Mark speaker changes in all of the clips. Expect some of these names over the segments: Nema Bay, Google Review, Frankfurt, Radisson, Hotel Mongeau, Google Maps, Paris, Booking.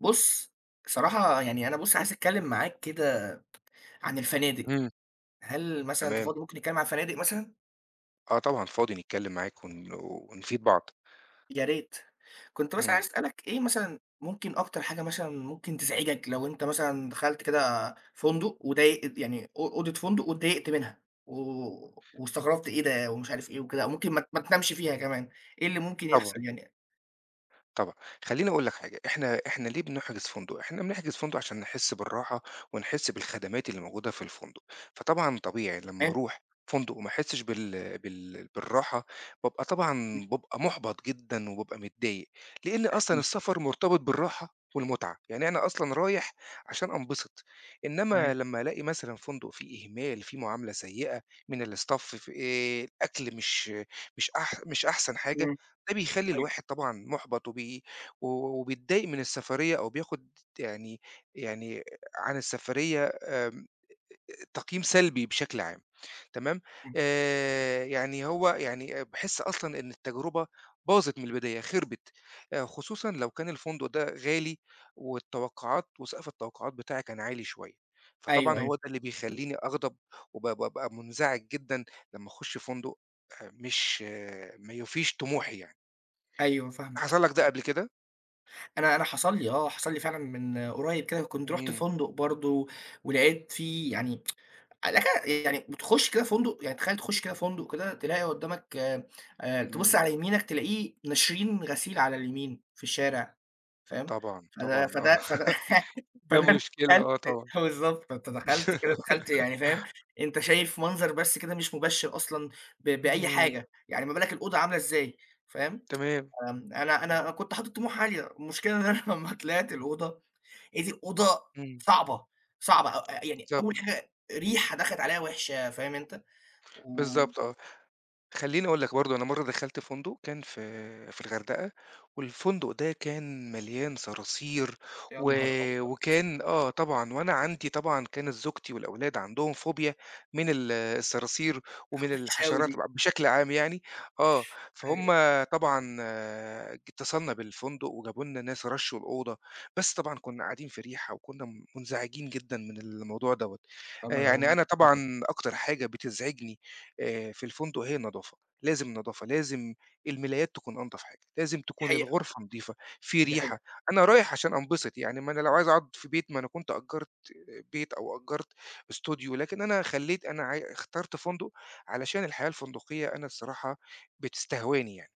Speaker 1: بُص، بصراحة يعني أنا عايز أتكلّم معاك كده عن الفنادق.
Speaker 2: إمم،
Speaker 1: هل مثلًا أنت
Speaker 2: تمام.
Speaker 1: فاضي ممكن نتكلّم عن الفنادق مثلًا؟
Speaker 2: آه طبعًا، فاضي نتكلّم معاك ون ونفيد بعض.
Speaker 1: يا ريت. كنت مثلًا
Speaker 2: إمم،
Speaker 1: عايز أسألك إيه مثلًا ممكن أكتر حاجة مثلًا ممكن تزعجك لو أنت مثلًا دخلت كده فندق وضايق يعني أو أوضة فندق واتضايقت منها واستغربت إيه ده ومش عارف إيه وكده، أو ممكن ما تنامش فيها كمان. إيه اللي ممكن
Speaker 2: طبعًا.
Speaker 1: يحصل يعني؟
Speaker 2: طبعًا. خلّيني أقول لك حاجة، إحنا ليه بنحجز فندق؟ إحنا بنحجز فندق عشان نحس بالراحة ونحس بالخدمات اللي موجودة في الفندق. فطبعًا طبيعي لمّا
Speaker 1: تمام،
Speaker 2: أروح فندق وما أحسّش بالراحة، بابقى طبعًا بابقى مُحبَط جدًا وبابقى متضايق، لإن أصلًا
Speaker 1: بالتأكيد،
Speaker 2: السفر مرتبط بالراحة والمتعة. يعني أنا أصلًا رايح عشان أنبسط، إنّما
Speaker 1: تمام،
Speaker 2: لمّا ألاقي مثلًا فندق فيه إهمال، فيه معاملة سيئة من الstaff، في الأكل مش أحسن حاجة.
Speaker 1: إمم،
Speaker 2: ده بيخلّي
Speaker 1: أيوه،
Speaker 2: الواحد طبعًا مُحبَط و وبيتضايق من السفرية أو بياخُد يعني عن السفرية تقييم سلبي بشكل عام. تمام.
Speaker 1: إمم،
Speaker 2: يعني هو يعني باحس أصلًا إن التجربة باظت من البداية، خربِت، خصوصًا لو كان الفندق ده غالي، والتوقعات وسقف التوقعات بتاعي كان عالي شوية،
Speaker 1: أيوه،
Speaker 2: فطبعًا
Speaker 1: أيوه،
Speaker 2: هو ده اللي بيخلّيني أغضب بابقى منزعج جدًا لمّا أخُش فندق مش آه، ما يوفيش طموحي يعني.
Speaker 1: أيوه فاهمك.
Speaker 2: حصل لك ده قبل كده؟
Speaker 1: أنا حصل لي آه، حصل لي فعلًا من قريب كده كنت رُحت
Speaker 2: إمم،
Speaker 1: فندق برضه ولقيت فيه يعني يعني بتخُش كده فندق يعني تخيّل تخُش كده فندق كده تلاقي قدّامك، تبُص
Speaker 2: إمم،
Speaker 1: على يمينك تلاقيه ناشرين غسيل على اليمين في الشارع، فاهم؟
Speaker 2: طبعًا،
Speaker 1: فده
Speaker 2: طبعًا آه.
Speaker 1: فده فده
Speaker 2: ده
Speaker 1: فده أنا
Speaker 2: مشكلة
Speaker 1: دخلت.
Speaker 2: آه طبعًا.
Speaker 1: بالضبط. فأنت دخلت كده دخلت يعني فاهم، أنت شايف منظر بس كده مش مُبشّر أصلًا بأي
Speaker 2: إمم،
Speaker 1: حاجة، يعني ما بالك الأوضة عاملة إزاي، فاهم؟
Speaker 2: تمام،
Speaker 1: أنا كنت حاطط طموح عالية، المشكلة إن أنا لمّا طلعت الأوضة، لقيت الأوضة
Speaker 2: إمم،
Speaker 1: صعبة، صعبة أ أ يعني
Speaker 2: بالضبط،
Speaker 1: أول حاجة ريحة دخلت عليّا وِحشة فاهم أنت، و
Speaker 2: بالضبط آه. خلّيني أقول لك برضه أنا مرّة دخلت فندق كان في الغردقة، والفندق ده كان مليان صراصير
Speaker 1: يا
Speaker 2: و
Speaker 1: نهار أبيض!
Speaker 2: وكان آه طبعًا، وأنا عندي طبعًا كانت زوجتي والأولاد عندهم فوبيا من الصراصير ومن
Speaker 1: وِحشة أوي
Speaker 2: الحشرات
Speaker 1: دي،
Speaker 2: بشكل عام يعني. آه، فهُم
Speaker 1: أيوه،
Speaker 2: طبعًا آه، اتصلنا بالفندق وجابوا لنا ناس رَشّوا الأوضة، بس طبعًا كنا قاعدين في ريحة وكنا منزعجين جدًا من الموضوع دوّة.
Speaker 1: فاهمة أنا
Speaker 2: يعني
Speaker 1: بقول
Speaker 2: أنا طبعًا
Speaker 1: إيه؟
Speaker 2: أكتر حاجة بتزعجني في الفندق هي النضافة. لازم النضافة، لازم الملايات تكون أنضف حاجة، لازم
Speaker 1: دي
Speaker 2: تكون
Speaker 1: حقيقة،
Speaker 2: الغرفة نضيفة، في
Speaker 1: دي
Speaker 2: ريحة.
Speaker 1: حقيقة،
Speaker 2: أنا رايح عشان أنبسط يعني، ما أنا لو عايز أقعد في بيت ما أنا كنت أجّرت بيت أو أجّرت استوديو، لكن أنا خلّيت أنا عاي اخترت فندق علشان الحياة الفندقية أنا الصراحة بتستهواني يعني.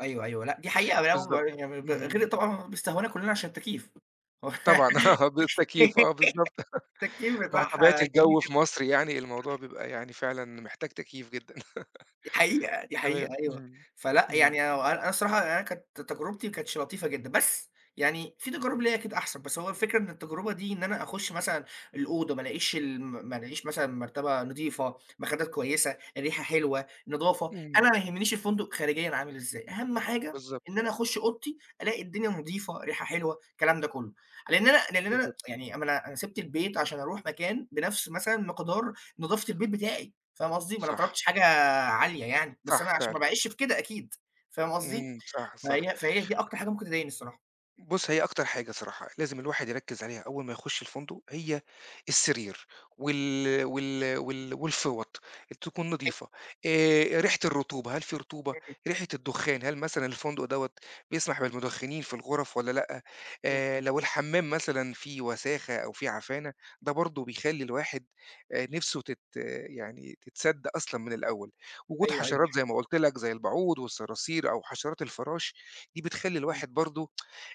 Speaker 1: أيوه، أيوه، لأ دي حقيقة لا.
Speaker 2: بالضبط.
Speaker 1: يعني
Speaker 2: إمم.
Speaker 1: غير طبعًا بيستهونا كلّنا عشان التكييف. هو
Speaker 2: طبعًا آه، بالتكييف آه بالضبط.
Speaker 1: التكييف
Speaker 2: مع طبيعة
Speaker 1: بتاعها جميل.
Speaker 2: الجو في مصر يعني الموضوع بيبقى يعني فعلًا محتاج تكييف جدًا.
Speaker 1: دي حقيقة، دي
Speaker 2: تمام.
Speaker 1: حقيقة أيوه.
Speaker 2: إمم.
Speaker 1: فلأ،
Speaker 2: إمم.
Speaker 1: يعني أنا الصراحة يعني أنا كانت تجربتي ما كانتش لطيفة جدًا، بس يعني في تجارب ليّا أكيد أحسن. بس هو الفكرة إن التجربة دي إن أنا أخُش مثلًا الأوضة ما ألاقيش مثلًا مرتبة نضيفة، مخدات كويسة، الريحة حلوة، نضافة.
Speaker 2: إمم.
Speaker 1: أنا ما يهمنيش الفندق خارجيًا عامل إزاي، أهم حاجة
Speaker 2: بالضبط،
Speaker 1: إن أنا أخُش أوضتي ألاقي الدنيا نضيفة، ريحة حلوة، الكلام ده كُلّه. لإن أنا
Speaker 2: بالضبط.
Speaker 1: يعني أما أنا سِبت البيت عشان أروح مكان بنفس مثلًا مقدار نضافة البيت بتاعي، فاهم قصدي؟ ما أنا ما
Speaker 2: صح،
Speaker 1: طلبتش حاجة عالية يعني، بس أنا
Speaker 2: صح
Speaker 1: عشان ما
Speaker 2: فعلًا،
Speaker 1: باعيش في كده أكيد، فاهم قصدي؟
Speaker 2: إمم، صح، صح.
Speaker 1: فهي دي أكتر حاجة ممكن تضايقني الصراحة.
Speaker 2: بُص، هي أكتر حاجة صراحة لازم الواحد يركّز عليها أول ما يخُش الفندق هي السرير والفِوَط تكون
Speaker 1: أي
Speaker 2: نضيفة. ريحة الرطوبة، هل في رطوبة؟
Speaker 1: إمم،
Speaker 2: ريحة الدُخان، هل مثلًا الفندق دوّة بيسمح بالمُدخِّنين في الغُرف والّا لأ؟
Speaker 1: إمم،
Speaker 2: لو الحمّام مثلًا فيه وساخة أو فيه عفانة، ده برضه بيخلّي الواحد نِفْسه تت يعني تتسَد أصلًا من الأول. وجود
Speaker 1: أيوه، أيوه، دي
Speaker 2: حشرات زي
Speaker 1: حقيقة،
Speaker 2: ما قُلت لك زي البعوض والصراصير أو حشرات الفراش، دي بتخلّي
Speaker 1: إمم،
Speaker 2: الواحد برضه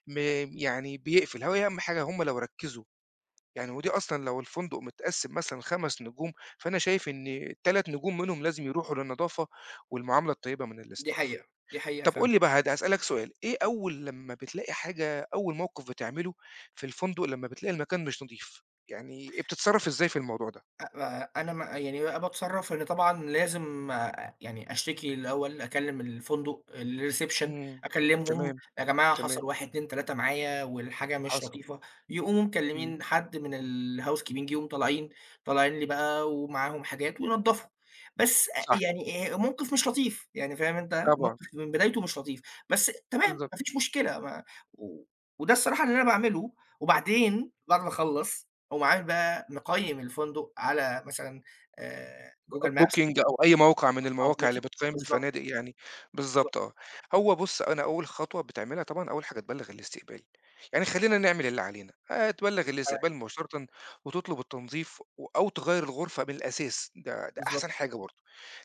Speaker 2: م يعني بيقفل. هي أهم حاجة هُم لو ركّزوا. يعني ودي أصلًا لو الفندق متقسّم مثلًا 5 نجوم، فأنا شايف إن ال3 نجوم منهم لازم يروحوا للنضافة والمعاملة الطيبة من
Speaker 1: دي
Speaker 2: الstaff.
Speaker 1: حقيقة، دي حقيقة
Speaker 2: طَب قُل
Speaker 1: فعلًا.
Speaker 2: لي بقى هاسألك سؤال، إيه أول لمّا بتلاقي حاجة، أول موقِف بتعمله في الفندق لمّا بتلاقي المكان مش نضيف، يعني إيه، بتتصرّف إزاي في الموضوع ده؟
Speaker 1: أنا ما يعني بقى باتصرّف إن طبعًا لازم يعني أشتكي الأول، أكلّم الفندق، الreception
Speaker 2: إمم،
Speaker 1: أكلّمهم.
Speaker 2: تمام،
Speaker 1: يا جماعة حصل
Speaker 2: تمام،
Speaker 1: 1، 2، 3 معايا والحاجة مش
Speaker 2: حصل،
Speaker 1: لطيفة، يقوموا
Speaker 2: إمم،
Speaker 1: مكلّمين حد من الhousekeeping يقوموا طالعين، طالعين لي بقى ومعاهم حاجات وينضّفوا. بس أ
Speaker 2: صح،
Speaker 1: يعني موقِف مش لطيف، يعني فاهم أنت،
Speaker 2: طبعًا،
Speaker 1: موقِف من بدايته مش لطيف، بس تمام
Speaker 2: بالضبط.
Speaker 1: ما فيش مشكلة ما و وده الصراحة اللي أنا باعمله. وبعدين بعد ما أخلّص أقوم عامل بقى مقيّم الفندق على مثلًا Google Maps
Speaker 2: Booking أو أي موقع من
Speaker 1: أو
Speaker 2: المواقع اللي
Speaker 1: Booking.
Speaker 2: بتقيّم
Speaker 1: بالضبط،
Speaker 2: الفنادق يعني، بالضبط
Speaker 1: بالضبط،
Speaker 2: آه. بُص، أنا أول خطوة بتعملها طبعًا أول حاجة تبلّغ الاستقبال، يعني خلّينا نعمل اللي علينا، تبلّغ
Speaker 1: تمام،
Speaker 2: الاستقبال مباشرةً وتطلب التنضيف أو تغيّر الغرفة من الأساس، ده
Speaker 1: بالضبط،
Speaker 2: أحسن حاجة برضه.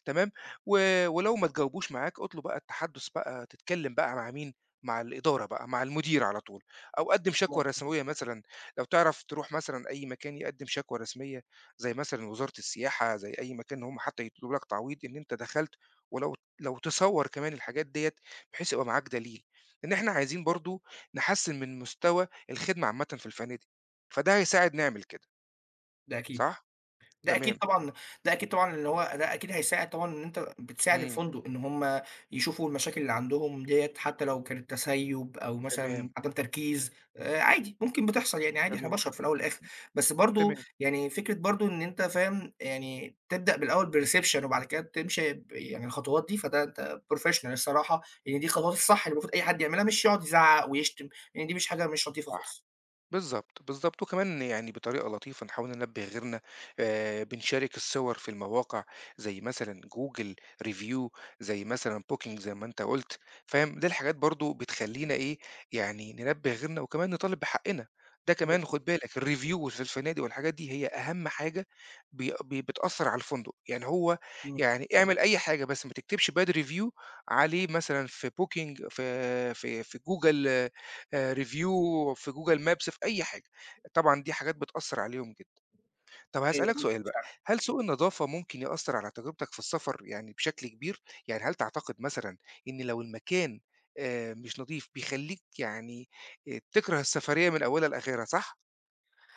Speaker 2: تمام؟ ولو ما اتجاوبوش معاك اطلب بقى التحدُّث بقى، تتكلّم بقى مع مين، مع الإدارة بقى، مع المدير على طول، أو قدّم شكوى
Speaker 1: مضبوط،
Speaker 2: رسمية مثلًا. لو تعرف تروح مثلًا أي مكان يقدّم شكوى رسمية زي مثلًا وزارة السياحة، زي أي مكان، إن هم حتى يدّوا لك تعويض إن أنت دخلت. ولو تصوّر كمان الحاجات ديّة بحيث يبقى معاك دليل، لإن إحنا عايزين
Speaker 1: مضبوط،
Speaker 2: برضه نحسّن من مستوى الخدمة عامةً في الفنادق، فده هيساعد نعمل كده،
Speaker 1: ده أكيد.
Speaker 2: صح؟
Speaker 1: ده أكيد
Speaker 2: تمام،
Speaker 1: طبعًا. ده أكيد طبعًا اللي هو ده أكيد هيساعد طبعًا إن أنت بتساعد
Speaker 2: إمم،
Speaker 1: الفندق إن هم يشوفوا المشاكل اللي عندهم ديّة، حتى لو كانت تسيُّب أو مثلًا
Speaker 2: تمام،
Speaker 1: عدم تركيز. عادي ممكن بتحصل يعني عادي إحنا
Speaker 2: تمام،
Speaker 1: بشر في الأول والآخر. بس برضه
Speaker 2: تمام،
Speaker 1: يعني فكرة برضه إن أنت فاهم يعني تبدأ بالأول بالreception وبعد كده تمشي يعني الخطوات دي، فده أنت professional الصراحة، لإن دي الخطوات الصح اللي المفروض أي حد يعملها، مش يقعد يزعّق ويشتم، لإن دي مش حاجة مش لطيفة
Speaker 2: صح.
Speaker 1: خالص.
Speaker 2: بالضبط، بالضبط، وكمان يعني بطريقة لطيفة نحاول ننبه غيرنا. بنشارك الصور في المواقع زي مثلًا Google Review، زي مثلًا Booking، زي ما أنت قُلت، فاهم، دي الحاجات برضه بتخلّينا إيه، يعني ننبه غيرنا وكمان نطالب بحقنا. ده كمان
Speaker 1: بالضبط،
Speaker 2: خُد بالك الreview في الفنادق والحاجات دي هي أهم حاجة بي بي بتأثّر على الفندق. يعني هو
Speaker 1: إمم،
Speaker 2: يعني اعمل أي حاجة بس ما تكتبش bad review عليه مثلًا في Booking في Google review في Google Maps في أي حاجة. طبعًا دي حاجات بتأثّر عليهم جدًا. طَب هاسألك
Speaker 1: أيوه.
Speaker 2: سؤال بقى، هل سوء النضافة ممكن يأثّر على تجربتك في السفر يعني بشكل كبير؟ يعني هل تعتقد مثلًا إن لو المكان مش نضيف بيخلّيك يعني تكره السفرية من أولها لآخرها صح؟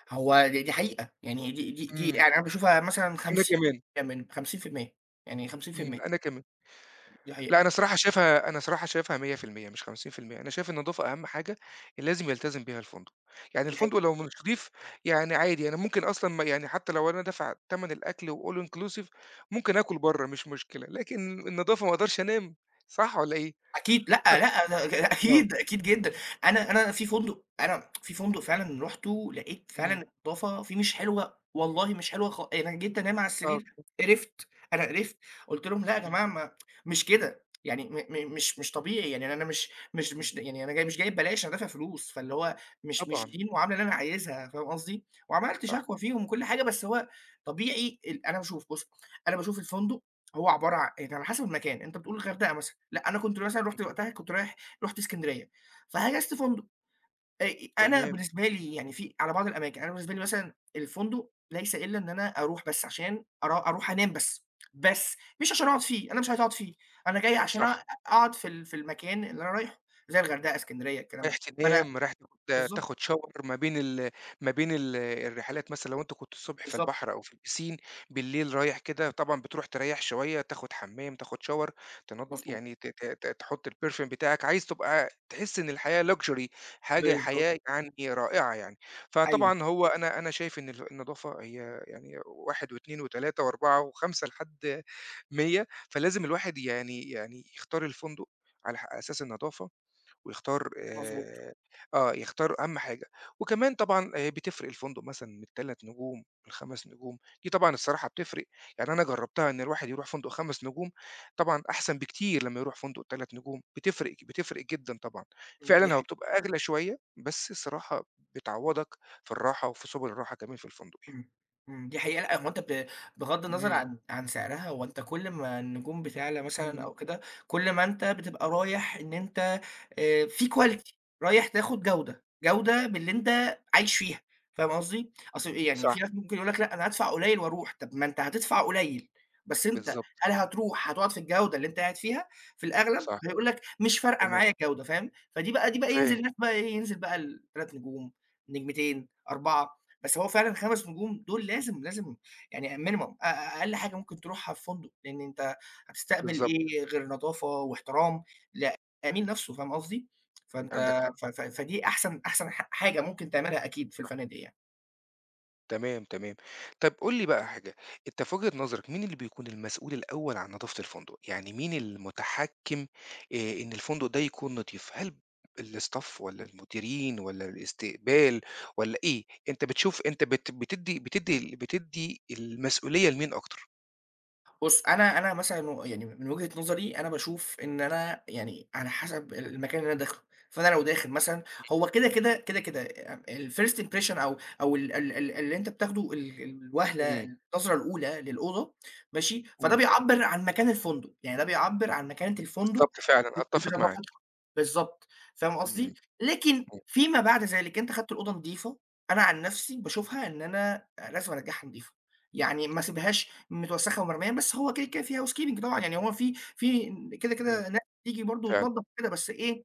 Speaker 1: هو دي حقيقة، يعني دي
Speaker 2: إمم،
Speaker 1: يعني أنا باشوفها مثلًا
Speaker 2: أنا
Speaker 1: 50
Speaker 2: كمان،
Speaker 1: من 50% يعني
Speaker 2: إمم،
Speaker 1: 50%،
Speaker 2: أنا كمان.
Speaker 1: دي
Speaker 2: لأ،
Speaker 1: حقيقة،
Speaker 2: أنا الصراحة شايفها 100% مش 50%، أنا شايف النضافة أهم حاجة اللي لازم يلتزم بيها الفندق. يعني
Speaker 1: دي
Speaker 2: الفندق
Speaker 1: حقيقة.
Speaker 2: لو مش نضيف يعني عادي أنا ممكن أصلًا ما يعني، حتى لو أنا دافع تمن الأكل وall inclusive ممكن آكل برّه مش مشكلة، لكن النضافة ما أقدرش أنام، صح والّا إيه؟
Speaker 1: أكيد لأ، لأ، ده
Speaker 2: آه،
Speaker 1: أكيد، أكيد جدًا. أنا في فندق فعلًا رُحته لقيت
Speaker 2: إمم،
Speaker 1: فعلًا النضافة فيه مش حلوة، والله مش حلوة. أنا جيت أنام على
Speaker 2: آه،
Speaker 1: السرير قرفت. أنا قرفت. قُلت لهم: "لأ يا
Speaker 2: إمم،
Speaker 1: جماعة ما مش كده." يعني م م مش مش طبيعي، يعني أنا مش مش
Speaker 2: إمم،
Speaker 1: مش يعني أنا جاي مش جاي ببلاش، أنا دافع فلوس، فاللي هو مش مش
Speaker 2: طبعًا،
Speaker 1: دي المعاملة اللي أنا عايزها، فاهم قصدي؟ وعملت
Speaker 2: صح،
Speaker 1: شكوى فيهم وكل حاجة. بس هو طبيعي أنا باشوف. بُص، أنا باشوف الفندق هو عبارة عن يعني على حسب المكان. أنت بتقول الغردقة مثلًا، لأ أنا كنت مثلًا
Speaker 2: إمم،
Speaker 1: رُحت وقتها كنت رايح رُحت إسكندرية، فحجزت فندق. آآ أنا
Speaker 2: تمام،
Speaker 1: بالنسبة لي يعني في على بعض الأماكن، أنا بالنسبة لي مثلًا الفندق ليس إلا إن أنا أروح بس عشان أروح أنام بس، بس مش عشان أقعد فيه، أنا مش عايز أقعد فيه. أنا جاي عشان
Speaker 2: صح.
Speaker 1: أقعد في المكان اللي أنا رايحه، زي الغردقة، إسكندرية، الكلام ده.
Speaker 2: رايح
Speaker 1: فأنا
Speaker 2: تنام، رايح
Speaker 1: بالضبط،
Speaker 2: تاخد shower ما بين ال الرحلات مثلًا لو أنت كنت الصبح في
Speaker 1: بالضبط،
Speaker 2: البحر أو في البيسين. بالليل رايح كده طبعًا بتروح تريّح شوية، تاخد حمام، تاخد shower، تنض
Speaker 1: مضبوط،
Speaker 2: يعني ت ت ت تحط الperfume بتاعك. عايز تبقى تحس إن الحياة luxury،
Speaker 1: بالضبط،
Speaker 2: حياة يعني رائعة يعني.
Speaker 1: أيوه،
Speaker 2: فطبعًا هو أنا أنا شايف إن النضافة هي يعني 1 و2 و3 و4 و5 لحد 100. فلازم الواحد يعني يختار الفندق على أساس النضافة ويختار
Speaker 1: مضبوط،
Speaker 2: يختار أهم حاجة. وكمان طبعًا بتفرق الفندق مثلًا من ال3 نجوم ل5 نجوم. دي طبعًا الصراحة بتفرق. يعني أنا جرّبتها إن الواحد يروح فندق 5 نجوم، طبعًا أحسن بكتير لمّا يروح فندق 3 نجوم. بتفرق جدًا طبعًا.
Speaker 1: دي
Speaker 2: فعلًا هو
Speaker 1: حقيقة.
Speaker 2: بتبقى أغلى شوية، بس الصراحة بتعوّضك في الراحة وفي سُبل الراحة كمان في الفندق يعني.
Speaker 1: إمم، إمم، دي حقيقة. لأ هو أنت بغض النظر
Speaker 2: إمم،
Speaker 1: عن عن سعرها، هو أنت كل ما النجوم بتعلى مثلًا
Speaker 2: إمم.
Speaker 1: أو كده، كل ما أنت بتبقى رايح إن أنت في quality، رايح تاخد جودة، جودة باللي أنت عايش فيها، فاهم قصدي؟ أصل إيه يعني
Speaker 2: صح،
Speaker 1: في ناس ممكن يقول لك لأ أنا هادفع قليل وأروح، طب ما أنت هتدفع قليل، بس أنت
Speaker 2: بالضبط،
Speaker 1: هل هتروح هتقعد في الجودة اللي أنت قاعد فيها؟ في الأغلب
Speaker 2: صح،
Speaker 1: هيقول لك مش فارقة
Speaker 2: تمام،
Speaker 1: معايا الجودة، فاهم؟ فدي بقى دي بقى
Speaker 2: فاهم،
Speaker 1: ينزل الناس بقى إيه، ينزل بقى ال3 نجوم، نجمتين، 4. بس هو فعلًا 5 نجوم دول لازم، لازم يعني minimum أقل حاجة ممكن تروحها في فندق، لإن أنت هتستقبل
Speaker 2: بالضبط،
Speaker 1: إيه غير نضافة واحترام للأمين نفسه، فاهم قصدي؟
Speaker 2: عندك
Speaker 1: فأنت
Speaker 2: حق.
Speaker 1: ف ف فدي أحسن حاجة ممكن تعملها أكيد في الفنادق يعني.
Speaker 2: تمام، تمام. طب قُل لي بقى حاجة، أنت في وجهة نظرك مين اللي بيكون المسؤول الأول عن نضافة الفندق؟ يعني مين المتحكم إن الفندق ده يكون نضيف؟ هل الstaff والّا المديرين والّا الاستقبال والّا إيه؟ أنت بتشوف، أنت بت بتدّي بتدّي ال بتدّي المسؤولية لمين أكتر؟
Speaker 1: بُص، أنا مثلًا يعني من وجهة نظري أنا باشوف إن أنا يعني على حسب المكان اللي أنا داخله. فأنا لو داخل مثلًا هو كده، كده، كده، كده الfirst impression أو أو ال ال ال اللي أنت بتاخده الوهلة
Speaker 2: إمم،
Speaker 1: النظرة الأولى للأوضة ماشي، فده
Speaker 2: إمم.
Speaker 1: بيعبّر عن مكان الفندق، يعني ده بيعبّر عن مكانة الفندق
Speaker 2: بالضبط فعلًا، أتّفق معاك.
Speaker 1: بنضافتها، بالضبط، فاهم
Speaker 2: إمم،
Speaker 1: قصدي؟ لكن
Speaker 2: إمم،
Speaker 1: فيما بعد ذلك أنت خدت الأوضة نضيفة. أنا عن نفسي باشوفها إن أنا لازم أرجّعها نضيفة، يعني ما اسيبهاش متوسخة ومرمية. بس هو كده، كده في housekeeping طبعًا، يعني هو في كده،
Speaker 2: إمم،
Speaker 1: كده ناس بتيجي برضه
Speaker 2: فعلًا،
Speaker 1: وتنضّف وكده، بس إيه،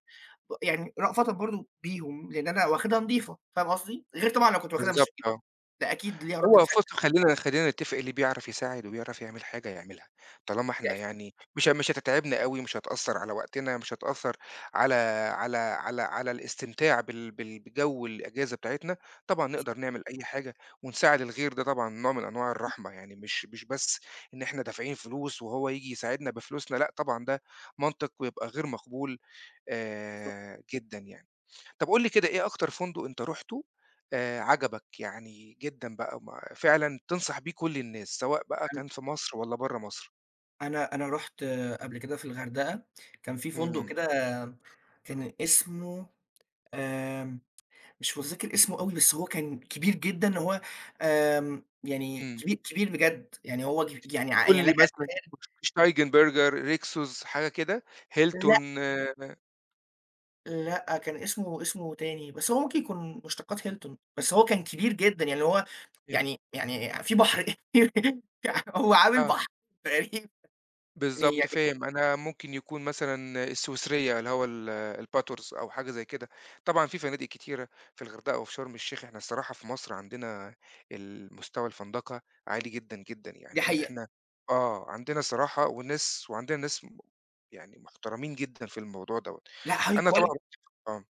Speaker 1: يعني رأفةً برضه بيهم، لإن أنا واخدها نضيفة، فاهم قصدي؟ غير طبعًا لو كنت واخدها مش
Speaker 2: بالضبط
Speaker 1: نضيفة،
Speaker 2: آه.
Speaker 1: ده أكيد ليها رَدّة
Speaker 2: بُص
Speaker 1: فعل.
Speaker 2: خلّينا نتّفق، اللي بيعرف يساعد وبيعرف يعمل حاجة يعملها، طالما
Speaker 1: ده
Speaker 2: إحنا
Speaker 1: أكيد.
Speaker 2: يعني مش هتتعبنا أوي، مش هتأثّر على وقتنا، مش هتأثّر على على الاستمتاع بال بال بجو الأجازة بتاعتنا. طبعًا
Speaker 1: بالض
Speaker 2: نقدر نعمل أي حاجة ونساعد الغير، ده طبعًا نوع من أنواع الرحمة. يعني مش بس إن إحنا دافعين فلوس وهو ييجي يساعدنا بفلوسنا، لأ طبعًا ده منطق ويبقى غير مقبول
Speaker 1: بالضبط.
Speaker 2: جدًا يعني. طب قُل لي كده إيه أكتر فندق أنت رُحته عجبك يعني جدًا بقى، ما فعلًا تنصح بيه كل الناس، سواء بقى
Speaker 1: أنا
Speaker 2: كان في مصر والّا برّه مصر؟
Speaker 1: أنا رُحت قبل كده في الغردقة، كان في فندق
Speaker 2: إمم،
Speaker 1: كده كان اسمه آمم، مش متذكر اسمه أوي، بس هو كان كبير جدًا. هو يعني
Speaker 2: إمم.
Speaker 1: كبير، كبير بجد، يعني هو يعني
Speaker 2: قُل
Speaker 1: يعني
Speaker 2: لي
Speaker 1: لك أن
Speaker 2: مثلًا شتايجن برجر، ريكسوس، حاجة كده،
Speaker 1: تتخيل.
Speaker 2: هيلتون.
Speaker 1: لأ، كان اسمه اسمه تاني، بس هو ممكن يكون مشتقات هيلتون، بس هو كان كبير جدًا، يعني هو يعني يعني في بحر. هو عامل
Speaker 2: آآ
Speaker 1: بحر تقريبًا. يعني
Speaker 2: بالضبط
Speaker 1: يعني
Speaker 2: فاهم، أنا ممكن يكون مثلًا السويسرية اللي هو الباتوس أو حاجة زي كده. طبعًا في فنادق كتيرة في الغردقة وفي شرم الشيخ. إحنا الصراحة في مصر عندنا المستوى الفندقة عالي جدًا، جدًا.
Speaker 1: دي
Speaker 2: يعني
Speaker 1: حقيقة.
Speaker 2: إحنا آه، عندنا الصراحة وناس، وعندنا ناس يعني محترمين جدًا في الموضوع دوّة.
Speaker 1: لأ high
Speaker 2: أنا طبعًا
Speaker 1: quality،
Speaker 2: آه،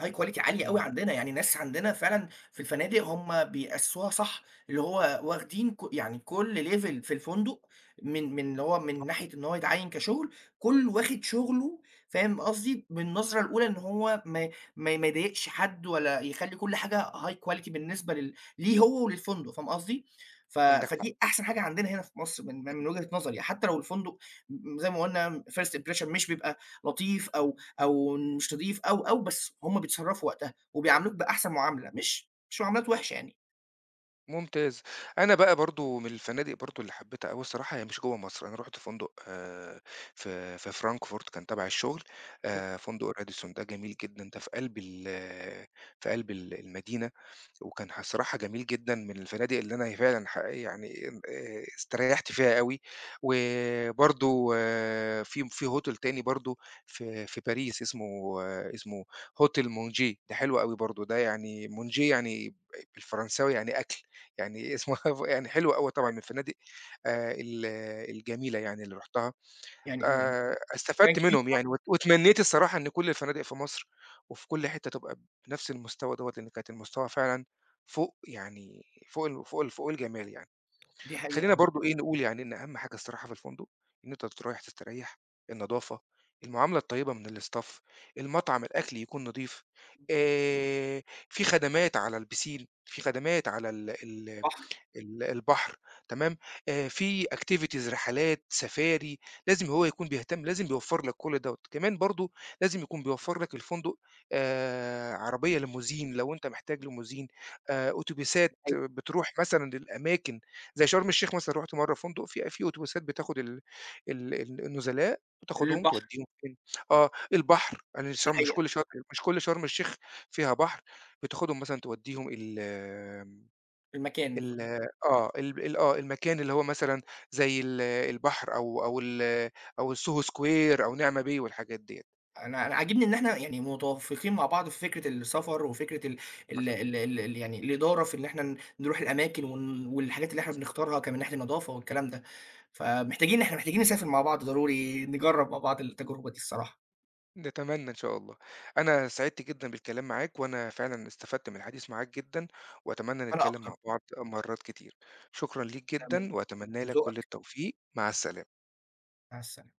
Speaker 1: high quality عالية أوي
Speaker 2: إمم.
Speaker 1: عندنا، يعني الناس عندنا فعلًا في الفنادق هم بيأسسوها صح. اللي هو واخدين يعني كل level في الفندق من اللي هو من ناحية إن هو يتعيّن كشغل، كل واخد شغله فاهم قصدي. بالنظرة الأولى إن هو ما يضايقش حد ولا يخلّي كل حاجة high quality بالنسبة ليه هو وللفندق فاهم قصدي.
Speaker 2: عندك حق.
Speaker 1: فدي أحسن حاجة عندنا هنا في مصر من من وجهة نظري، يعني حتى لو الفندق زي ما قُلنا first impression مش بيبقى لطيف أو أو مش نضيف أو، أو، بس هُم بيتصرّفوا وقتها وبيعاملوك بأحسن معاملة، مش مش معاملات وِحشة يعني.
Speaker 2: ممتاز. أنا بقى برضه من الفنادق برضه اللي حبيتها أوي الصراحة، هي مش جوّه مصر. أنا رُحت فندق في فرانكفورت كان تبع الشغل.
Speaker 1: إمم،
Speaker 2: فندق راديسون ده جميل جدًا، ده في قلب ال في قلب ال المدينة، وكان الصراحة جميل جدًا، من الفنادق اللي أنا فعلًا يعني إن استريّحت فيها أوي. وبرضه في hotel تاني برضه في باريس اسمه آه، اسمه hotel Mongeau، ده حلو أوي برضه. ده يعني Mongeau يعني بالفرنساوي يعني أكل. يعني اسمه يعني حلو أوي طبعًا، من الفنادق ال الجميلة يعني اللي رُحتها،
Speaker 1: يعني كان
Speaker 2: استفدت
Speaker 1: كبير،
Speaker 2: منهم يعني واتمنيت الصراحة إن كل الفنادق في مصر وفي كل حتّة تبقى بنفس المستوى دوّة، لإن كانت المستوى فعلًا فوق يعني فوق الجمال يعني.
Speaker 1: دي حقيقة
Speaker 2: خلّينا
Speaker 1: آه،
Speaker 2: برضه إيه، نقول يعني إن أهم حاجة الصراحة في الفندق، إن أنت رايح تستريّح، النضافة، المعاملة الطيبة من الstaff، المطعم الأكل يكون نضيف، آآ في خدمات على البيسين، في خدمات على ال ال
Speaker 1: بحر
Speaker 2: ال البحر، تمام. في activities رحلات، سفاري، لازم هو يكون بيهتم، لازم بيوفّر لك كل دوّة. كمان برضه لازم يكون بيوفّر لك الفندق عربية ليموزين لو أنت محتاج ليموزين، أوتوبيسات
Speaker 1: أيوه،
Speaker 2: بتروح مثلًا للأماكن زي شرم الشيخ. مثلًا رُحت مرّة فندق في أوتوبيسات بتاخد ال ال ال النزلاء بتاخدهم
Speaker 1: البحر،
Speaker 2: تودّيهم فين. آه، البحر يعني
Speaker 1: دي
Speaker 2: شرم، مش
Speaker 1: حقيقة،
Speaker 2: كل شرم الشيخ فيها بحر. بتاخدهم مثلًا تودّيهم ال
Speaker 1: المكان
Speaker 2: ال
Speaker 1: بالضبط.
Speaker 2: آه، ال ال آه، المكان اللي هو مثلًا زي البحر أو أو ال أو الSoho Square أو نعمة Bay والحاجات ديّة.
Speaker 1: أنا عاجبني إن إحنا يعني متوافقين مع بعض في فكرة السفر وفكرة ال ال ال ال ال يعني الإدارة في إن إحنا نروح الأماكن والحاجات اللي إحنا
Speaker 2: بالضبط،
Speaker 1: بنختارها كمان من ناحية النضافة والكلام ده. فمحتاجين إحنا محتاجين نسافر مع بعض ضروري، نجرّب مع بعض التجربة دي الصراحة.
Speaker 2: نتمنى إن شاء الله. أنا سعدت جدًا بالكلام معاك، وأنا فعلًا استفدت من الحديث معاك جدًا، وأتمنى
Speaker 1: أنا
Speaker 2: نتكلم مع
Speaker 1: أكتر.
Speaker 2: بعض مرات كتير. شكرًا ليك
Speaker 1: أنا
Speaker 2: جدًا، وأتمنى
Speaker 1: من
Speaker 2: لك كل
Speaker 1: ذوقك.
Speaker 2: التوفيق. مع السلامة.
Speaker 1: مع السلامة.